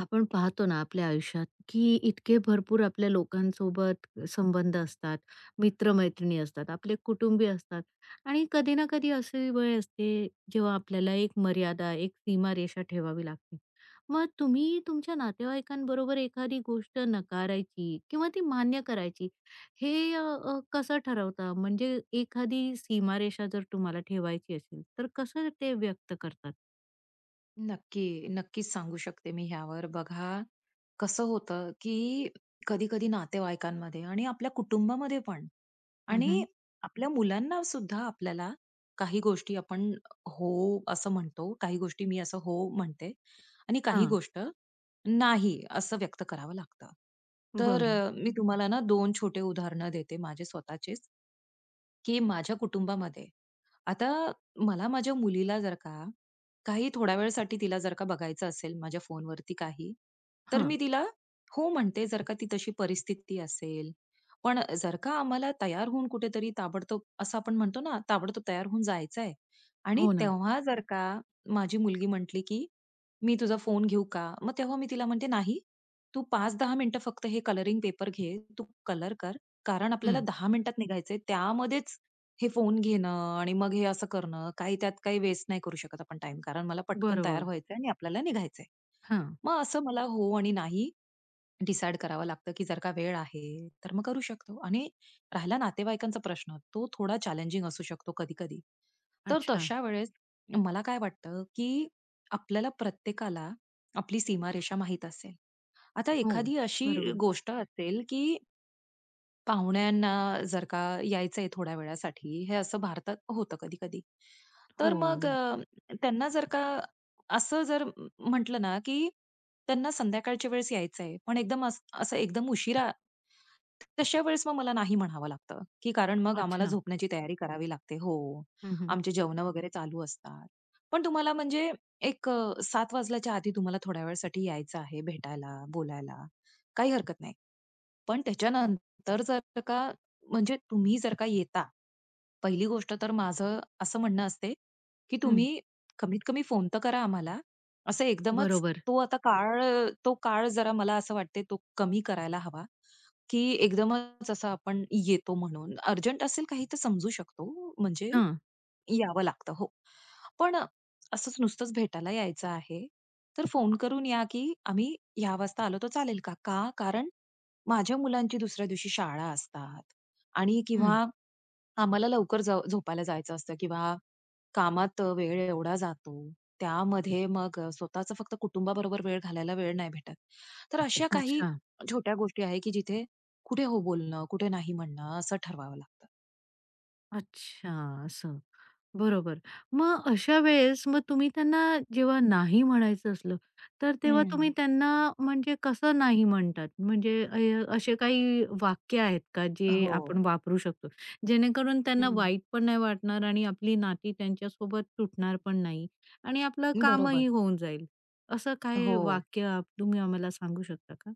आपण पाहतो ना आपल्या आयुष्यात की इतके भरपूर आपल्या लोकांसोबत संबंध असतात, मित्रमैत्रिणी असतात, आपले कुटुंबीय असतात आणि कधी ना कधी अशी वेळ असते जेव्हा आपल्याला एक मर्यादा, एक सीमारेषा ठेवावी लागते. मग तुम्ही तुमच्या नातेवाईकांबरोबर एखादी गोष्ट नकारायची किंवा ती मान्य करायची हे अ, अ, कसं ठरवता? म्हणजे एखादी सीमारेषा जर तुम्हाला ठेवायची असेल, तर कसं ते व्यक्त करतात? नक्कीच सांगू शकते मी ह्यावर. बघा, कसं होतं, की कधी-कधी नातेवाईकांमध्ये आणि आपल्या कुटुंबामध्ये पण हं, आणि हं. आपल्या मुलांना सुद्धा आपल्याला काही गोष्टी आपण हो असं म्हणतो, काही गोष्टी मी असं हो म्हणते आणि काही गोष्ट नाही असं व्यक्त करावं लागतं. तर बरं. मी तुम्हाला ना 2 छोटे उदाहरणं देते माझे स्वतःचेच, की माझ्या कुटुंबामध्ये आता मला माझ्या मुलीला जर का काही थोड्या वेळासाठी तिला जर का बघायचं असेल माझ्या फोनवरती काही, तर हां. मी तिला हो म्हणते, जर का ती तशी परिस्थिती असेल. पण जर का आम्हाला तयार होऊन कुठेतरी ताबडतोब असं आपण म्हणतो ना, ताबडतोब तयार होऊन जायचं आहे आणि हो ना. तेव्हा जर का माझी मुलगी म्हटली, की "मी तुझा फोन घेऊ का?" मग तेव्हा मी तिला म्हणते, "नाही, तू 5-10 मिनिटं फक्त हे कलरिंग पेपर घे, तू कलर कर, कारण आपल्याला हं, 10 मिनिटात निघायचंय. त्यामध्येच हे फोन घेणं आणि मग हे असं करणं, काही त्यात काही वेस्ट नाही करू शकत आपण टाइम कारण मला पटकन तयार बरोबर. व्हायचंय आणि आपल्याला निघायचंय. हां. मग असं मला हो आणि नाही डिसाईड करावं लागतं, की जर का वेळ आहे, तर मग करू शकतो. आणि राहिला नातेवाईकांचा प्रश्न, तो थोडा चॅलेंजिंग असू शकतो कधी-कधी. तर अच्छा. तशा वेळेस मला काय वाटतं, की आपल्याला प्रत्येकाला आपली सीमारेषा माहीत असेल. आता हो, एखादी अशी बरोबर. गोष्ट असेल, की पाहुण्यांना जर का यायचंय थोड्या वेळासाठी, हे असं भारतात होतं कधी-कधी. हो तर मग ना. त्यांना जर का असं जर म्हटलं ना, की त्यांना संध्याकाळच्या वेळेस यायचंय, पण एकदम असं एकदम उशिरा, तशा वेळेस मग मला नाही म्हणावं लागतं, की कारण मग आम्हाला अच्छा. झोपण्याची तयारी करावी लागते. हो, हं, हं. आमचे जेवणं वगैरे चालू असतात. पण तुम्हाला म्हणजे एक 7 वाजल्याच्या आधी तुम्हाला थोड्या वेळासाठी यायचं आहे भेटायला, बोलायला, काही हरकत नाही. पण त्याच्यानं तर जर का म्हणजे तुम्ही जर का येता, पहिली गोष्ट तर माझं असं म्हणणं असते, की हं. तुम्ही कमीत कमी फोन तर करा आम्हाला. असं एकदमच बरोबर. तो आता काळ तो काळ जरा मला असं वाटते तो कमी करायला हवा, की एकदमच असं आपण येतो म्हणून. अर्जंट असेल काही तर समजू शकतो, म्हणजे हां. यावं लागतं. हो. पण असंच नुसतंच भेटायला यायचं आहे, तर फोन करून या, की आम्ही ह्या वाजता आलो तर चालेल का? का? कारण माझ्या मुलांची दुसऱ्या दिवशी शाळा असतात आणि हं. किंवा आम्हाला लवकर जाव झोपायला जायचं असतं किंवा कामात वेळ एवढा जातो. त्यामध्ये मग फक्त कुटुंबाबरोबर वेळ घालायला वेळ नाही भेटत. तर अशा काही अच्छा. छोट्या गोष्टी आहे, की जिथे कुठे हो बोलणं, कुठे नाही म्हणणं असं ठरवावं लागतं. अच्छा, असं. बरोबर. मग अशा वेळेस मग तुम्ही त्यांना जेव्हा नाही म्हणायचं असलं, तर तेव्हा तुम्ही हं. त्यांना म्हणजे कसं नाही म्हणतात? म्हणजे, असे काही वाक्य आहेत का जे हो. आपण वापरू शकतो? जेणेकरून त्यांना हं. वाईट पण नाही वाटणार आणि आपली नाती त्यांच्यासोबत तुटणार पण नाही आणि आपलं बरोबर. कामही होऊन जाईल. असं काय हो. वाक्य तुम्ही आम्हाला सांगू शकता का?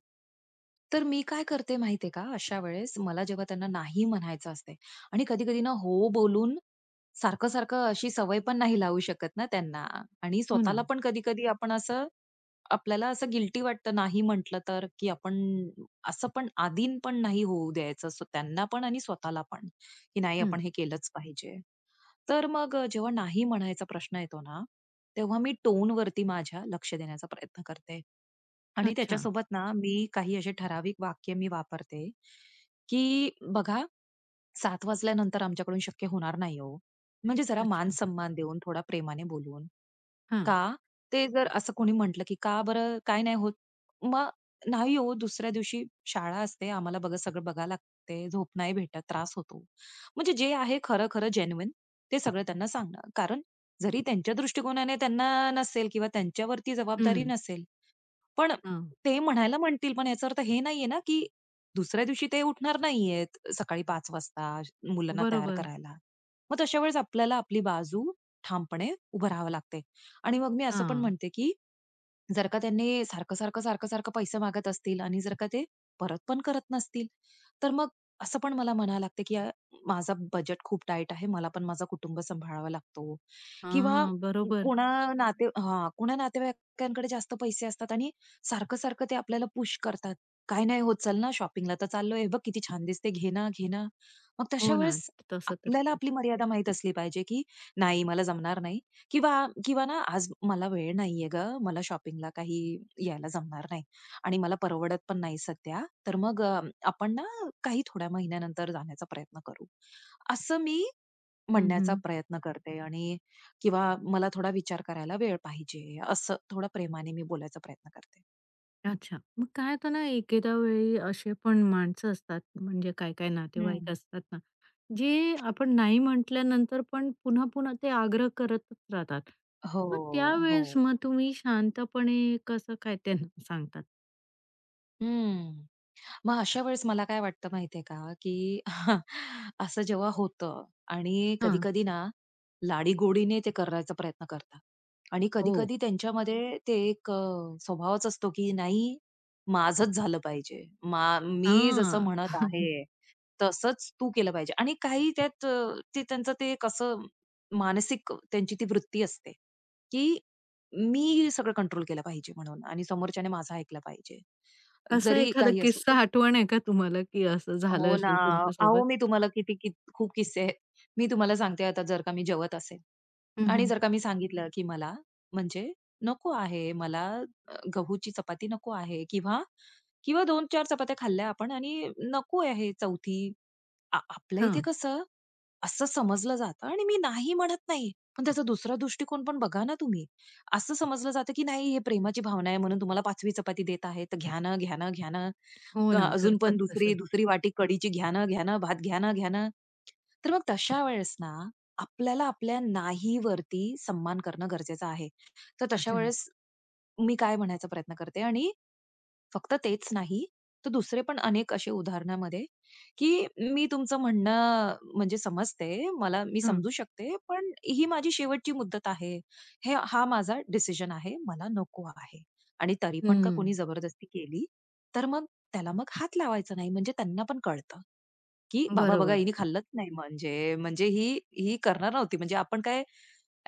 तर मी काय करते माहितीये का, अशा वेळेस मला जेव्हा त्यांना नाही म्हणायचं असते आणि कधी-कधी ना हो बोलून सारखं-सारखं अशी सवय पण नाही लावू शकत ना त्यांना आणि हो ना. स्वतःला पण कधी-कधी आपण असं आपल्याला असं गिल्टी वाटतं नाही म्हटलं तर, की आपण असं पण आदीन पण नाही होऊ द्यायचं. सो त्यांना पण आणि स्वतःला पण, की नाही आपण हं. हे केलंच पाहिजे. तर मग जेव्हा नाही म्हणायचा प्रश्न येतो ना, तेव्हा मी टोनवरती माझ्या लक्ष देण्याचा प्रयत्न करते. आणि अच्छा, त्याच्यासोबत ना मी काही असे ठराविक वाक्य मी वापरते, की बघा 7 वाजल्यानंतर आमच्याकडून शक्य होणार नाही हो. म्हणजे जरा अच्छा. मान-सन्मान देऊन, थोडा प्रेमाने बोलून. हां. का? ते जर असं कोणी म्हटलं, की "का बरं काय नाही होत?" मग नाही हो, दुसऱ्या दिवशी शाळा असते. आम्हाला बघा सगळं बघायला लागते. झोप नाही भेटत, त्रास होतो. म्हणजे जे आहे खरं-खरं जेन्युइन ते सगळं त्यांना सांगणं. कारण जरी त्यांच्या दृष्टिकोनाने त्यांना नसेल किंवा त्यांच्यावरती जबाबदारी हं. नसेल, पण हां. ते म्हणायला म्हणतील, पण याचा अर्थ हे नाहीये ना, की दुसऱ्या दिवशी ते उठणार नाहीयेत सकाळी 5 वाजता मुलांना तयार बरोबर. करायला. मग तशा वेळेस आपल्याला आपली बाजू ठामपणे उभं राहावं लागते. आणि मग मी असं पण हां. म्हणते, की जर का त्यांनी सारखं-सारखं, सारखं-सारखं पैसे मागत असतील आणि जर का ते परत पण करत नसतील, तर मग असं पण मला म्हणावं लागतं, की माझा बजेट खूप टाईट आहे. मला पण माझा कुटुंब सांभाळावा लागतो किंवा हां. बरोबर. कोणा कोणा नातेवाईकांकडे जास्त पैसे असतात आणि सारखं-सारखं ते आपल्याला पुश करतात. "काय नाही होत, चल ना शॉपिंगला तर चाललोय. हे बघ किती छान दिसते, घे ना, घे ना." मग तशा हो ना, वेळेस तसं तर आपल्याला आपली मर्यादा माहीत असली पाहिजे, की "नाही, मला जमणार नाही" किंवा किंवा ना, "आज मला वेळ नाहीये गं, मला शॉपिंगला काही यायला जमणार नाही आणि मला परवडत पण नाही सध्या. तर मग आपण ना, काही थोड्या महिन्यानंतर जाण्याचा प्रयत्न करू." असं मी हं, म्हणण्याचा हं. प्रयत्न करते आणि किंवा मला थोडा विचार करायला वेळ पाहिजे, असं थोडं प्रेमाने मी बोलायचा प्रयत्न करते. अच्छा. मग काय होतं ना, एकेका वेळी असे पण माणसं असतात, म्हणजे काय-काय हं. नातेवाईक असतात ना, जे आपण नाही म्हटल्यानंतर पण पुन्हा-पुन्हा ते आग्रह करतच राहतात. हो, मग त्यावेळेस हो. मग तुम्ही शांतपणे कसं काय त्यांना सांगतात? हं. मग अशा वेळेस मला काय वाटतं माहितीये का, की असं जेव्हा होतं आणि हां. कधी-कधी ना, लाडीगोडीने ते करायचा प्रयत्न करतात आणि हो. कधी-कधी त्यांच्यामध्ये ते एक स्वभावच असतो, की नाही माझंच झालं पाहिजे. मी जसं हां. म्हणत आहे, तसंच तू केलं पाहिजे आणि काही त्यात ते त्यांचं ते एक असं मानसिक त्यांची ती वृत्ती असते, की मी सगळं कंट्रोल केलं पाहिजे म्हणून आणि समोरच्याने माझं ऐकलं पाहिजे. असा जरी एखादा काही असो. किस्सा तर आठवण आहे का तुम्हाला, की असं झालं हो ना. असेल तुमच्यासोबत? अहो, मी तुम्हाला किती खूप किस्से आहेत. मी तुम्हाला सांगते आता जर का मी जेवत असेल हं, आणि हं. जर का मी सांगितलं, की मला म्हणजे नको आहे, मला गहूची चपाती नको आहे किंवा किंवा दोन चार चपात्या खाल्ल्या आपण आणि नको आहे 4थी आपल्या इथे हां. कसं असं समजलं जातं आणि मी नाही म्हणत नाही पण त्याचा दुसरा दृष्टिकोन पण बघा ना तुम्ही असं समजलं जातं की नाही हे प्रेमाची भावना आहे म्हणून तुम्हाला पाचवी चपाती देत आहे तर घ्या ना घ्या ना घ्या ना हो ना, अजून करतात पण दुसरी तसं. दुसरी वाटी कढीची घ्या ना घ्या ना भात घ्या ना घ्या ना तर मग तशा वेळेस ना आपल्याला आपल्या नाही वरती सम्मान करणं गरजेचं आहे तर तशा अच्छा. वेळेस मी काय म्हणायचा प्रयत्न करते आणि फक्त तेच नाही, तर दुसरे पण अनेक असे उदाहरणामध्ये, की मी तुमचं म्हणणं म्हणजे समजते. मला मी हां. समजू शकते, पण ही माझी शेवटची मुद्दत आहे. हे हा माझा डिसिजन आहे. मला नको आहे. आणि तरी पण का हं, कोणी जबरदस्ती केली, तर मग त्याला मग हात लावायचा नाही. म्हणजे त्यांना पण कळतं. की "बाबा बघा बरोबर. हिने खाल्लंच नाही म्हणजे, म्हणजे ही ही करणार नव्हती म्हणजे आपण काय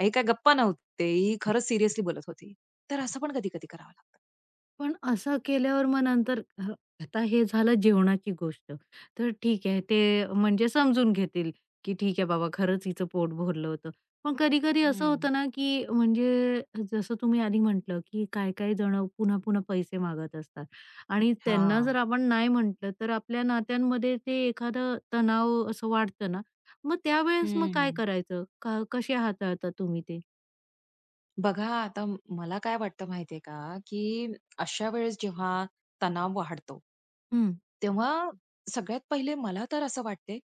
हे काय गप्पा नव्हते. ही खरंच सीरियसली बोलत होती." तर असं पण कधी-कधी करावं लागतं. पण असं केल्यावर मग नंतर आता हे झालं जेवणाची गोष्ट. तर ठीक आहे ते म्हणजे समजून घेतील, की ठीक आहे बाबा खरंच हिचं पोट भरलं होतं. पण कधी-कधी असं हं. होतं ना, की म्हणजे जसं तुम्ही आधी म्हटलं, की काही-काही जणं पुन्हा-पुन्हा पैसे मागत असतात आणि त्यांना हां. जर आपण नाही म्हटलं, तर आपल्या नात्यांमध्ये ते एखादं तणाव असं वाढतं ना, मग त्यावेळेस मग काय हं. करायचं? का कसे हाताळता तुम्ही ते? बघा आता मला काय वाटतं माहितीये का की अशा वेळेस जेव्हा तणाव वाढतो हं. तेव्हा सगळ्यात पहिले मला तर असं वाटते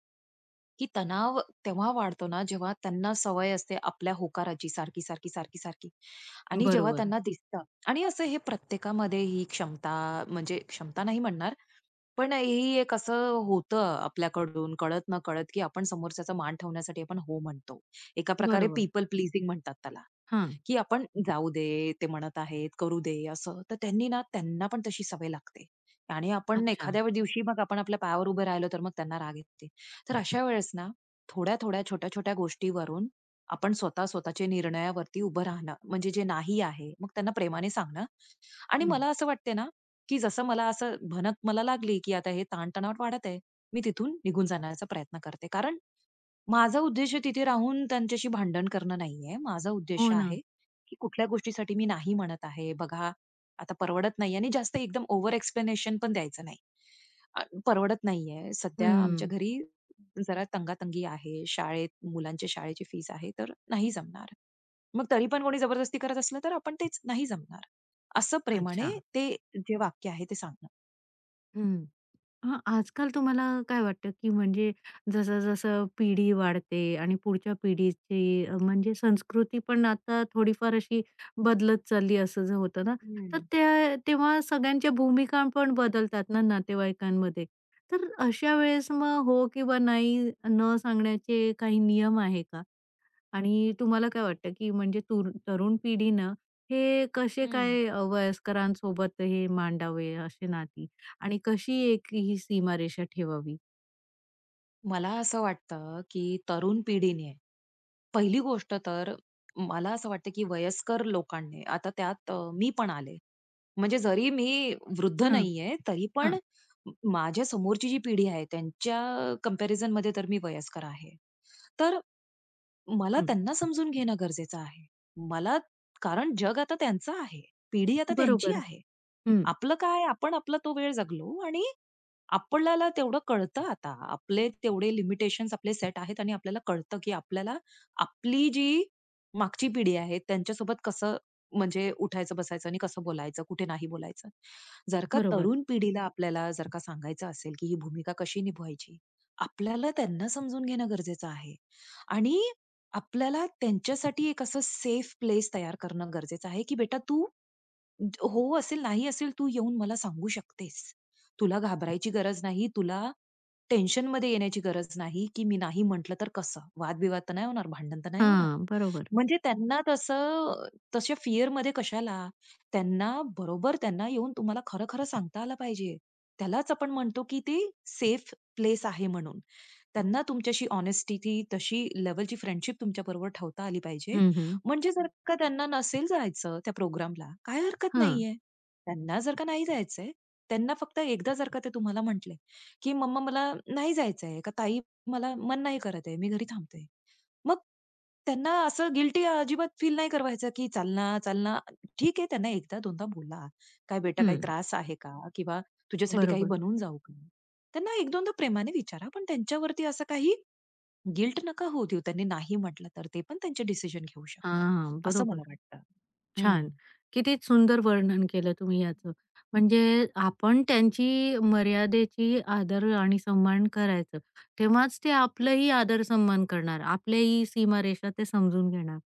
की तणाव तेव्हा वाढतो ना जेव्हा त्यांना सवय असते आपल्या होकाराची सारखी सारखी सारखी सारखी आणि जेव्हा बरोबर, त्यांना दिसतं आणि असं हे प्रत्येकामध्ये ही क्षमता म्हणजे क्षमता नाही म्हणणार पण ही एक असं होतं आपल्याकडून कळत न कळत की आपण समोरच्याचा मान ठेवण्यासाठी आपण हो म्हणतो एका प्रकारे बरोबर. पीपल प्लीजिंग म्हणतात त्याला हां. की आपण जाऊ दे, ते म्हणत आहेत, करू दे असं. तर त्यांनी ना त्यांना पण तशी सवय लागते. आणि आपण अच्छा. एखाद्या दिवशी मग आपण आपल्या पायावर उभे राहिलो, तर मग त्यांना राग येते. तर अशा वेळेस ना थोड्या-थोड्या, छोट्या-छोट्या गोष्टीवरून आपण स्वतः स्वतःच्या निर्णयावरती उभं राहणं, म्हणजे जे नाही आहे, मग त्यांना प्रेमाने सांगणं. आणि हं. मला असं वाटते ना, की जसं मला असं भनक मला लागली, की आता हे ताण वाढत आहे, मी तिथून निघून जाण्याचा प्रयत्न करते. कारण माझा उद्देश तिथे राहून त्यांच्याशी भांडण करणं नाहीये. माझा उद्देश हो ना. आहे, की कुठल्या गोष्टीसाठी मी नाही म्हणत आहे. बघा, आता परवडत नाहीये आणि जास्त एकदम ओव्हर एक्सप्लेनेशन पण द्यायचं नाही. परवडत नाहीये. सध्या आमच्या हं. घरी जरा तंगातंगी आहे. शाळेत मुलांच्या शाळेची फीस आहे, तर नाही जमणार. मग तरी पण कोणी जबरदस्ती करत असलं, तर आपण तेच नाही जमणार. असं प्रेमाने अच्छा. ते जे वाक्य आहे ते सांगणं. हं. हां, आजकाल तुम्हाला काय वाटतं, की म्हणजे जसं-जसं पिढी वाढते आणि पुढच्या पिढीची म्हणजे संस्कृती पण आता थोडीफार अशी बदलत चालली असं जर होतं ना, हं, तर त्या तेव्हा सगळ्यांच्या भूमिका पण बदलतात ना नातेवाईकांमध्ये. तर अशा वेळेस मग हो किंवा नाही न सांगण्याचे काही नियम आहे का? आणि तुम्हाला काय वाटतं, की म्हणजे तरुण पिढीनं हे कसे हं. काय वयस्करांसोबत हे मांडावे असे नाती आणि कशी एक ही सीमारेषा ठेवावी? मला असं वाटतं, की तरुण पिढीने पहिली गोष्ट तर मला असं वाटतं, की वयस्कर लोकांनी आता त्यात मी पण आले. म्हणजे जरी मी वृद्ध हां, नाहीये, तरी पण हां. माझ्या समोरची जी पिढी आहे, त्यांच्या कंपॅरिझनमध्ये तर मी वयस्कर आहे. तर मला हं. त्यांना समजून घेणं गरजेचं आहे. मला कारण जग आता त्यांचं आहे. पिढी आता त्यांची बरोबर. आहे. हं. आपलं काय, आपण आपला तो वेळ जगलो आणि आपल्याला तेवढं कळतं आता. आपले तेवढे लिमिटेशन्स आपले सेट आहेत आणि आपल्याला कळतं, की आपल्याला आपली जी मागची पिढी आहे, त्यांच्यासोबत कसं म्हणजे उठायचं, बसायचं आणि कसं बोलायचं, कुठे नाही बोलायचं. जर का बरोबर. तरुण पिढीला आपल्याला जर का सांगायचं असेल, की ही भूमिका कशी निभवायची, आपल्याला त्यांना समजून घेणं गरजेचं आहे आणि आपल्याला त्यांच्यासाठी एक असं सेफ प्लेस तयार करणं गरजेचं आहे, की "बेटा तू हो असेल, नाही असेल, तू येऊन मला सांगू शकतेस. तुला घाबरायची गरज नाही. तुला टेन्शनमध्ये येण्याची गरज नाही, की मी नाही म्हटलं तर कसं? वादविवाद तर नाही होणार, भांडण तर नाही होणार. हां, बरोबर. म्हणजे त्यांना तसं तशा फिअरमध्ये कशाला? त्यांना बरोबर त्यांना येऊन तुम्हाला खरं-खरं सांगता आलं पाहिजे. त्यालाच आपण म्हणतो, की ते सेफ प्लेस आहे म्हणून. त्यांना तुमच्याशी ऑनेस्टी ती तशी लेव्हलची फ्रेंडशिप तुमच्याबरोबर ठेवता आली पाहिजे. हं, हं. म्हणजे जर का त्यांना नसेल जायचं त्या प्रोग्रामला, काही हरकत हां. नाहीये. त्यांना जर का नाही जायचंय, त्यांना फक्त एकदा जर का ते तुम्हाला म्हटले, की "मम्मा मला नाही जायचंय" का "ताई मला मन नाही करत आहे, मी घरी थांबते." मग त्यांना असं गिल्टी अजिबात फील नाही करवायचं, की "चल ना, चल ना." ठीक आहे त्यांना 1दा 2दा बोला, "काय बेटा काही हं. त्रास आहे का?" किंवा तुझ्यासाठी काही बरोबर. बनवून जाऊ का? त्यांना 1-2दा प्रेमाने विचारा, पण त्यांच्यावरती असं काही गिल्ट नका होऊ देऊ. त्यांनी नाही म्हटलं तर ते पण त्यांचे डिसिजन घेऊ शकतात, हां, असं बरोबर. मला वाटतं. हं. छान. किती सुंदर वर्णन केलं तुम्ही याचं. म्हणजे आपण त्यांची मर्यादेची आदर आणि सन्मान करायचं. तेव्हाच ते आपलंही आदर सन्मान करणार. आपल्याही सीमारेषा ते समजून घेणार.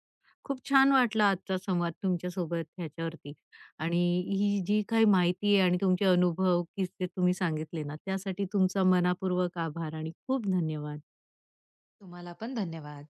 खूप छान वाटला आजचा संवाद तुमच्यासोबत ह्याच्यावरती. आणि ही जी काही माहिती आहे आणि तुमचे अनुभव, किस्से तुम्ही सांगितले ना, त्यासाठी तुमचा मनःपूर्वक आभार आणि खूप धन्यवाद. तुम्हाला पण धन्यवाद.